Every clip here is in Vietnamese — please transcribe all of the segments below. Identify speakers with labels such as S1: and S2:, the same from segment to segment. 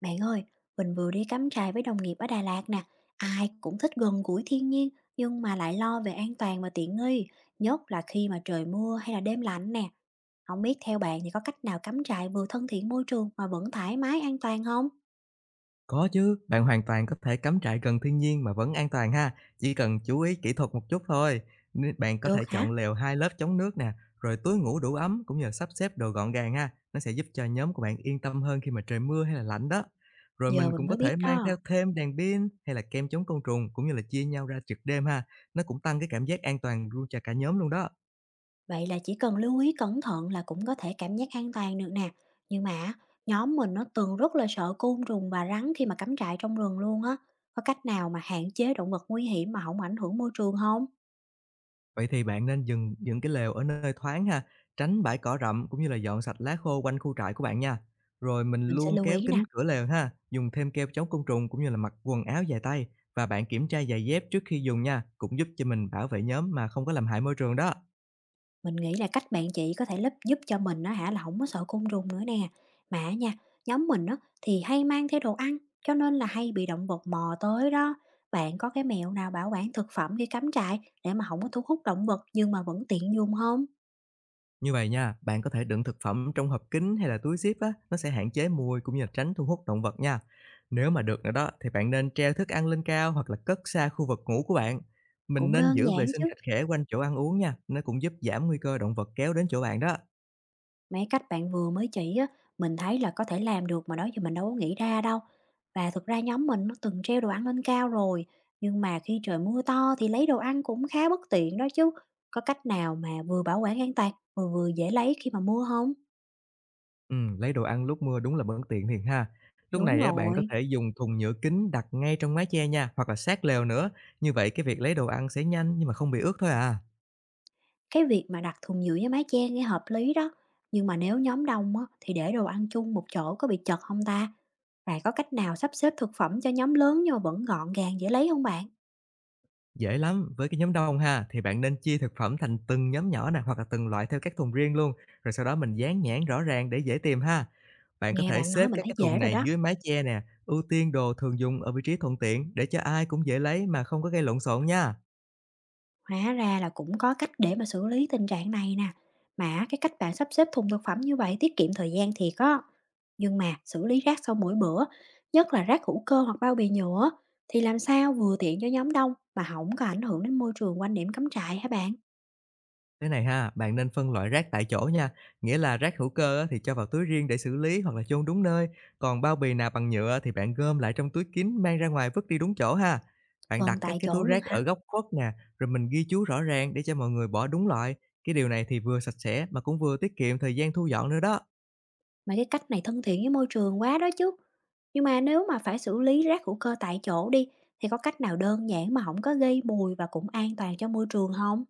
S1: Bạn ơi, mình vừa đi cắm trại với đồng nghiệp ở Đà Lạt nè, ai cũng thích gần gũi thiên nhiên nhưng mà lại lo về an toàn và tiện nghi, nhất là khi mà trời mưa hay là đêm lạnh nè. Không biết theo bạn thì có cách nào cắm trại vừa thân thiện môi trường mà vẫn thoải mái an toàn không?
S2: Có chứ, bạn hoàn toàn có thể cắm trại gần thiên nhiên mà vẫn an toàn ha, chỉ cần chú ý kỹ thuật một chút thôi. Nên bạn có
S1: Được
S2: thể
S1: hả?
S2: chọn lều hai lớp chống nước nè, rồi túi ngủ đủ ấm cũng như là sắp xếp đồ gọn gàng ha. Nó sẽ giúp cho nhóm của bạn yên tâm hơn khi mà trời mưa hay là lạnh đó. Rồi
S1: Giờ
S2: mình
S1: mình
S2: cũng có
S1: mới biết
S2: thể mang theo
S1: đó.
S2: thêm đèn pin hay là kem chống côn trùng, cũng như là chia nhau ra trực đêm ha. Nó cũng tăng cái cảm giác an toàn luôn cho cả nhóm luôn đó.
S1: Vậy là chỉ cần lưu ý cẩn thận là cũng có thể cảm giác an toàn được nè. Nhưng mà á, nhóm mình nó từng rất sợ côn trùng và rắn khi mà cắm trại trong rừng luôn á. Có cách nào mà hạn chế động vật nguy hiểm mà không ảnh hưởng môi trường không?
S2: Vậy thì bạn nên dừng dựng cái lều ở nơi thoáng ha, tránh bãi cỏ rậm, cũng như là dọn sạch lá khô quanh khu trại của bạn nha. Rồi mình
S1: Mình sẽ
S2: luôn
S1: lưu
S2: kéo
S1: ý nè,
S2: kín cửa lều ha, dùng thêm keo chống côn trùng, cũng như là mặc quần áo dài tay, và bạn kiểm tra giày dép trước khi dùng nha, cũng giúp cho mình bảo vệ nhóm mà không có làm hại môi trường đó.
S1: mình nghĩ là cách bạn chị có thể lấp giúp cho mình nó hả, là không có sợ côn trùng nữa nè. Mà á nha, nhóm mình á thì hay mang theo đồ ăn, cho nên là hay bị động vật mò tới đó. Bạn có cái mẹo nào bảo quản thực phẩm khi cắm trại để mà không có thu hút động vật nhưng mà vẫn tiện dùng không?
S2: Như vậy nha, bạn có thể đựng thực phẩm trong hộp kín hay là túi zip á, nó sẽ hạn chế mùi, cũng như là tránh thu hút động vật nha. Nếu mà được nữa đó thì bạn nên treo thức ăn lên cao, hoặc là cất xa khu vực ngủ của bạn. Mình
S1: Cũng
S2: nên
S1: đơn
S2: giữ vệ
S1: giản
S2: sinh
S1: chứ.
S2: sạch khẽ quanh chỗ ăn uống nha, nó cũng giúp giảm nguy cơ động vật kéo đến chỗ bạn đó.
S1: Mấy cách bạn vừa mới chỉ á, mình thấy là có thể làm được, mà đó giờ mình đâu có nghĩ ra đâu. Và thực ra nhóm mình nó từng treo đồ ăn lên cao rồi, nhưng mà khi trời mưa to thì lấy đồ ăn cũng khá bất tiện đó chứ. Có cách nào mà vừa bảo quản an toàn, vừa vừa dễ lấy khi mà mưa không?
S2: Ừ, lấy đồ ăn lúc mưa đúng là bất tiện thiệt ha. Lúc
S1: Đúng
S2: này á, bạn có
S1: rồi,
S2: thể dùng thùng nhựa kính đặt ngay trong mái che nha, hoặc là sát lều nữa. Như vậy cái việc lấy đồ ăn sẽ nhanh, nhưng mà không bị ướt thôi à.
S1: cái việc mà đặt thùng nhựa với mái che nghe hợp lý đó. Nhưng mà nếu nhóm đông á, thì để đồ ăn chung một chỗ có bị chật không ta? Và có cách nào sắp xếp thực phẩm cho nhóm lớn nhưng mà vẫn gọn gàng, dễ lấy không bạn?
S2: Dễ lắm, với cái nhóm đông ha, thì bạn nên chia thực phẩm thành từng nhóm nhỏ nè, hoặc là từng loại theo các thùng riêng luôn, rồi sau đó mình dán nhãn rõ ràng để dễ tìm ha. Bạn có
S1: Nghe
S2: thể
S1: bạn nói
S2: xếp
S1: mình
S2: các
S1: thấy
S2: cái thùng
S1: dễ rồi
S2: này
S1: đó.
S2: dưới mái che nè, ưu tiên đồ thường dùng ở vị trí thuận tiện để cho ai cũng dễ lấy, mà không có gây lộn xộn nha.
S1: Hóa ra là cũng có cách để mà xử lý tình trạng này nè. Mà cái cách bạn sắp xếp thùng thực phẩm như vậy tiết kiệm thời gian thiệt á. Nhưng mà xử lý rác sau mỗi bữa, nhất là rác hữu cơ hoặc bao bì nhựa, thì làm sao vừa tiện cho nhóm đông mà không có ảnh hưởng đến môi trường quanh điểm cắm trại hả bạn?
S2: Thế này ha, bạn nên phân loại rác tại chỗ nha, nghĩa là rác hữu cơ á, thì cho vào túi riêng để xử lý hoặc là chôn đúng nơi, còn bao bì nào bằng nhựa thì bạn gom lại trong túi kín, mang ra ngoài vứt đi đúng chỗ ha. Bạn
S1: Phân
S2: đặt các
S1: tại
S2: cái túi
S1: chỗ luôn
S2: rác
S1: hả?
S2: ở góc khuất nè, rồi mình ghi chú rõ ràng để cho mọi người bỏ đúng loại. Cái điều này thì vừa sạch sẽ, mà cũng vừa tiết kiệm thời gian thu dọn nữa đó.
S1: Mà cái cách này thân thiện với môi trường quá đó chứ. Nhưng mà nếu mà phải xử lý rác hữu cơ tại chỗ đi, thì có cách nào đơn giản mà không có gây mùi và cũng an toàn cho môi trường không?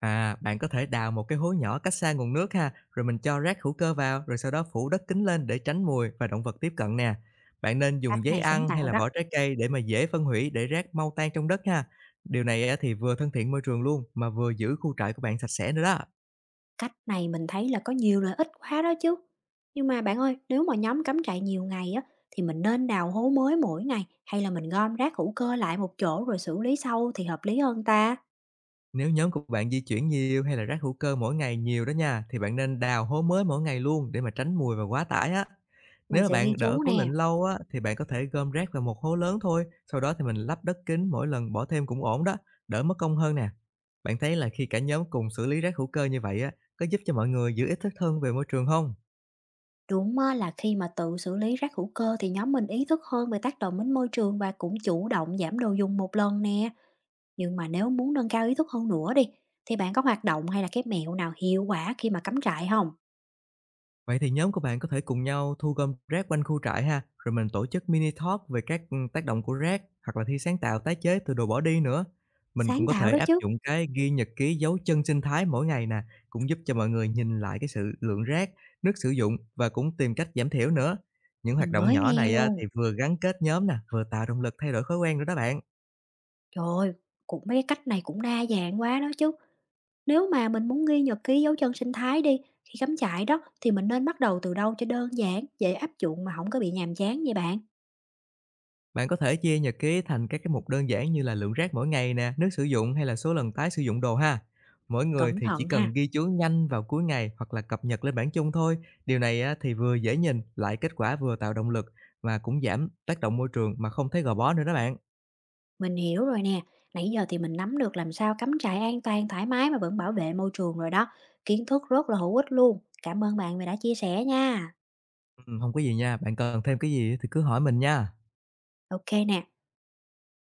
S2: À, bạn có thể đào một cái hố nhỏ cách xa nguồn nước ha, rồi mình cho rác hữu cơ vào, rồi sau đó phủ đất kín lên để tránh mùi và động vật tiếp cận nè. Bạn nên
S1: Cách
S2: dùng giấy
S1: này sáng
S2: ăn hay
S1: tạo
S2: là
S1: đó.
S2: vỏ trái cây để mà dễ phân hủy, để rác mau tan trong đất ha. Điều này á, thì vừa thân thiện môi trường luôn, mà vừa giữ khu trại của bạn sạch sẽ nữa đó.
S1: Cách này mình thấy là có nhiều lợi ích quá đó chứ. Nhưng mà bạn ơi, nếu mà nhóm cắm trại nhiều ngày á, thì mình nên đào hố mới mỗi ngày hay là mình gom rác hữu cơ lại một chỗ rồi xử lý sau thì hợp lý hơn ta?
S2: Nếu nhóm của bạn di chuyển nhiều, hay là rác hữu cơ mỗi ngày nhiều đó nha, thì bạn nên đào hố mới mỗi ngày luôn để mà tránh mùi và quá tải á. Nếu
S1: Mình
S2: mà
S1: sẽ ghi
S2: bạn đỡ
S1: chú
S2: cố định
S1: nè.
S2: lâu á, thì bạn có thể gom rác vào một hố lớn thôi, sau đó thì mình lắp đất kín mỗi lần bỏ thêm cũng ổn đó, đỡ mất công hơn nè. Bạn thấy là khi cả nhóm cùng xử lý rác hữu cơ như vậy á, có giúp cho mọi người giữ ý thức hơn về môi trường không?
S1: Đúng á, là khi mà tự xử lý rác hữu cơ thì nhóm mình ý thức hơn về tác động đến môi trường và cũng chủ động giảm đồ dùng một lần nè. Nhưng mà nếu muốn nâng cao ý thức hơn nữa đi, thì bạn có hoạt động hay là cái mẹo nào hiệu quả khi mà cắm trại không?
S2: Vậy thì nhóm của bạn có thể cùng nhau thu gom rác quanh khu trại ha, rồi mình tổ chức mini talk về các tác động của rác, hoặc là thi sáng tạo tái chế từ đồ bỏ đi nữa. Mình cũng
S1: Sáng
S2: có
S1: tạo
S2: thể
S1: đó
S2: áp
S1: chứ,
S2: dụng cái ghi nhật ký dấu chân sinh thái mỗi ngày nè, cũng giúp cho mọi người nhìn lại cái sự lượng rác, nước sử dụng, và cũng tìm cách giảm thiểu nữa. Những hoạt
S1: mình
S2: động
S1: mới
S2: nhỏ
S1: nghe
S2: này á,
S1: luôn.
S2: thì vừa gắn kết nhóm nè, vừa tạo động lực thay đổi thói quen nữa đó bạn.
S1: Trời ơi, cũng mấy cái cách này cũng đa dạng quá đó chứ. Nếu mà mình muốn ghi nhật ký dấu chân sinh thái đi, khi cắm trại đó thì mình nên bắt đầu từ đâu cho đơn giản, dễ áp dụng mà không có bị nhàm chán vậy bạn?
S2: Bạn có thể chia nhật ký thành các cái mục đơn giản, như là lượng rác mỗi ngày nè, nước sử dụng hay là số lần tái sử dụng đồ ha. Mỗi người
S1: Cẩn
S2: thì chỉ
S1: thận
S2: cần
S1: ha.
S2: ghi chú nhanh vào cuối ngày, hoặc là cập nhật lên bảng chung thôi. Điều này á, thì vừa dễ nhìn, lại kết quả vừa tạo động lực, và cũng giảm tác động môi trường mà không thấy gò bó nữa đó bạn.
S1: Mình hiểu rồi nè. Nãy giờ thì mình nắm được làm sao cắm trại an toàn, thoải mái mà vẫn bảo vệ môi trường rồi đó. Kiến thức rất là hữu ích luôn. Cảm ơn bạn vì đã chia sẻ nha.
S2: Ừ, không có gì nha, bạn cần thêm cái gì thì cứ hỏi mình nha.
S1: Ok nè.